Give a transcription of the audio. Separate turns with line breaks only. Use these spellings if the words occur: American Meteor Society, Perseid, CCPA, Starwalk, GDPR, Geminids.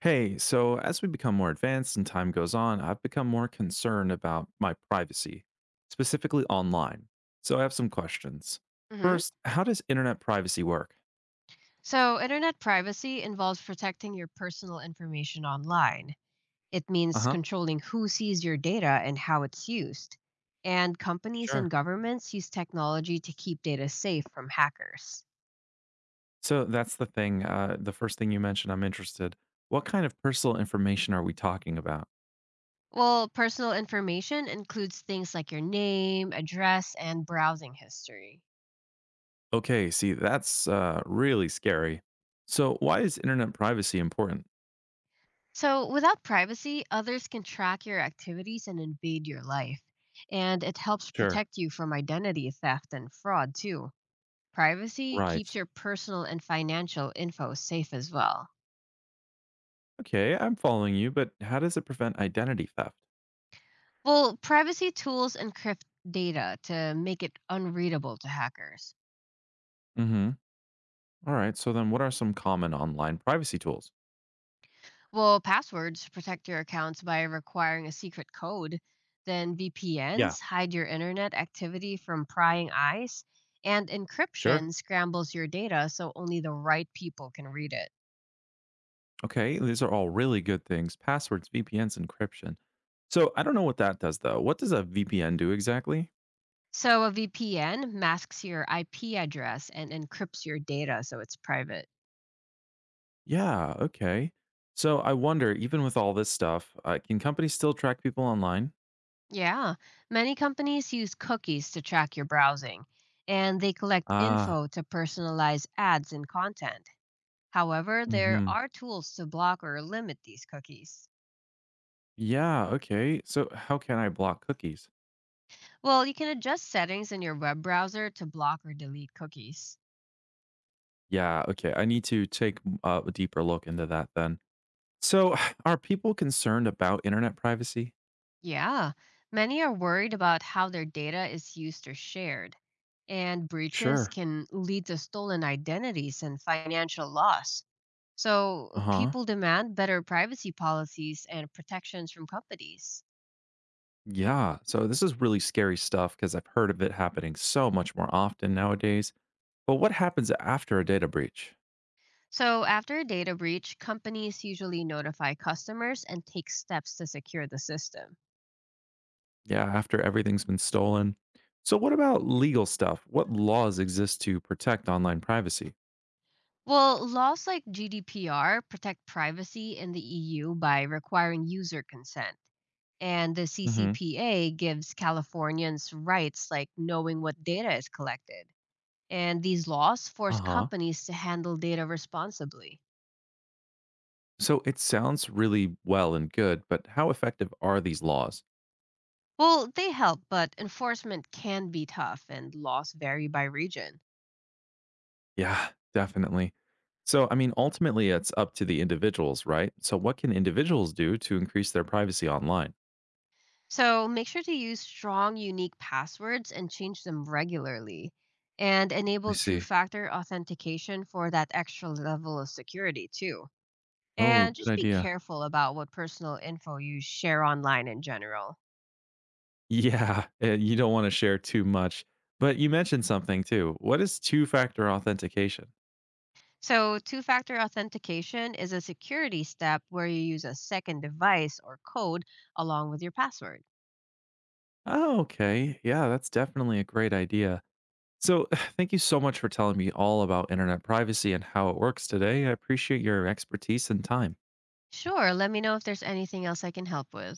Hey, so as we become more advanced and time goes on, I've become more concerned about my privacy, specifically online. So I have some questions.
Hmm.
First, how does internet privacy work?
So, internet privacy involves protecting your personal information online. It
Uh
means
huh,
controlling who sees your data and how it's used. And companies and
sure.
governments use technology to keep data safe from hackers.
So that's the thing. The first thing you mentioned, I'm interested. What kind of personal information are we talking about?
Well, personal information includes things like your name, address, and browsing history.
Okay, see, that's really scary. So why is internet privacy important?
So, without privacy, others can track your activities and invade your life. And it helps
Sure.
protect you from identity theft and fraud, too. Privacy keeps
Right.
your personal and financial info safe as well.
Okay, I'm following you, but how does it prevent identity theft?
Well, privacy tools encrypt data to make it unreadable to hackers.
All right. So then what are some common online privacy tools?
Well, passwords protect your accounts by requiring a secret code. Then
Yeah,
VPNs hide your internet activity from prying eyes, and
sure.
encryption scrambles your data so only the right people can read it.
Okay, these are all really good things. Passwords, VPNs, encryption. So I don't know what that does though. What does a VPN do exactly?
So a VPN masks your IP address and encrypts your data so it's private.
Yeah, okay. So I wonder, even with all this stuff, can companies still track people online?
Yeah, many companies use cookies to track your browsing, and they collect
Ah,
info to personalize ads and content. However, there
hmm,
are tools to block or limit these cookies.
yeah, okay. So how can I block cookies?
Well, you can adjust settings in your web browser to block or delete cookies.
Yeah, okay. I need to take a deeper look into that then. So are people concerned about internet privacy?
Yeah, many are worried about how their data is used or shared, and breaches
Sure.
can lead to stolen identities and financial loss.
Uh
So
huh.
people demand better privacy policies and protections from companies.
Yeah, so this is really scary stuff because I've heard of it happening so much more often nowadays. But what happens after a data breach?
So after a data breach, companies usually notify customers and take steps to secure the system.
Yeah, after everything's been stolen. So, what about legal stuff? What laws exist to protect online privacy?
Well, laws like GDPR protect privacy in the EU by requiring user consent. And the
Hmm.
CCPA gives Californians rights like knowing what data is collected. And these laws
Uh
force
huh.
companies to handle data responsibly.
So, it sounds really well and good, but how effective are these laws?
Well, they help, but enforcement can be tough and laws vary by region.
Yeah, definitely. So, I mean, ultimately, it's up to the individuals, right? So, what can individuals do to increase their privacy online?
So make sure to use strong, unique passwords and change them regularly. And
I
enable two
see.
factor authentication for that extra level of security, too.
Oh,
And
good
just be
idea.
careful about what personal info you share online in general.
Yeah, you don't want to share too much. But you mentioned something too. What is two factor authentication?
So, two factor authentication is a security step where you use a second device or code along with your password.
Oh, okay. Yeah, that's definitely a great idea. So, thank you so much for telling me all about internet privacy and how it works today. I appreciate your expertise and time.
Sure, let me know if there's anything else I can help with.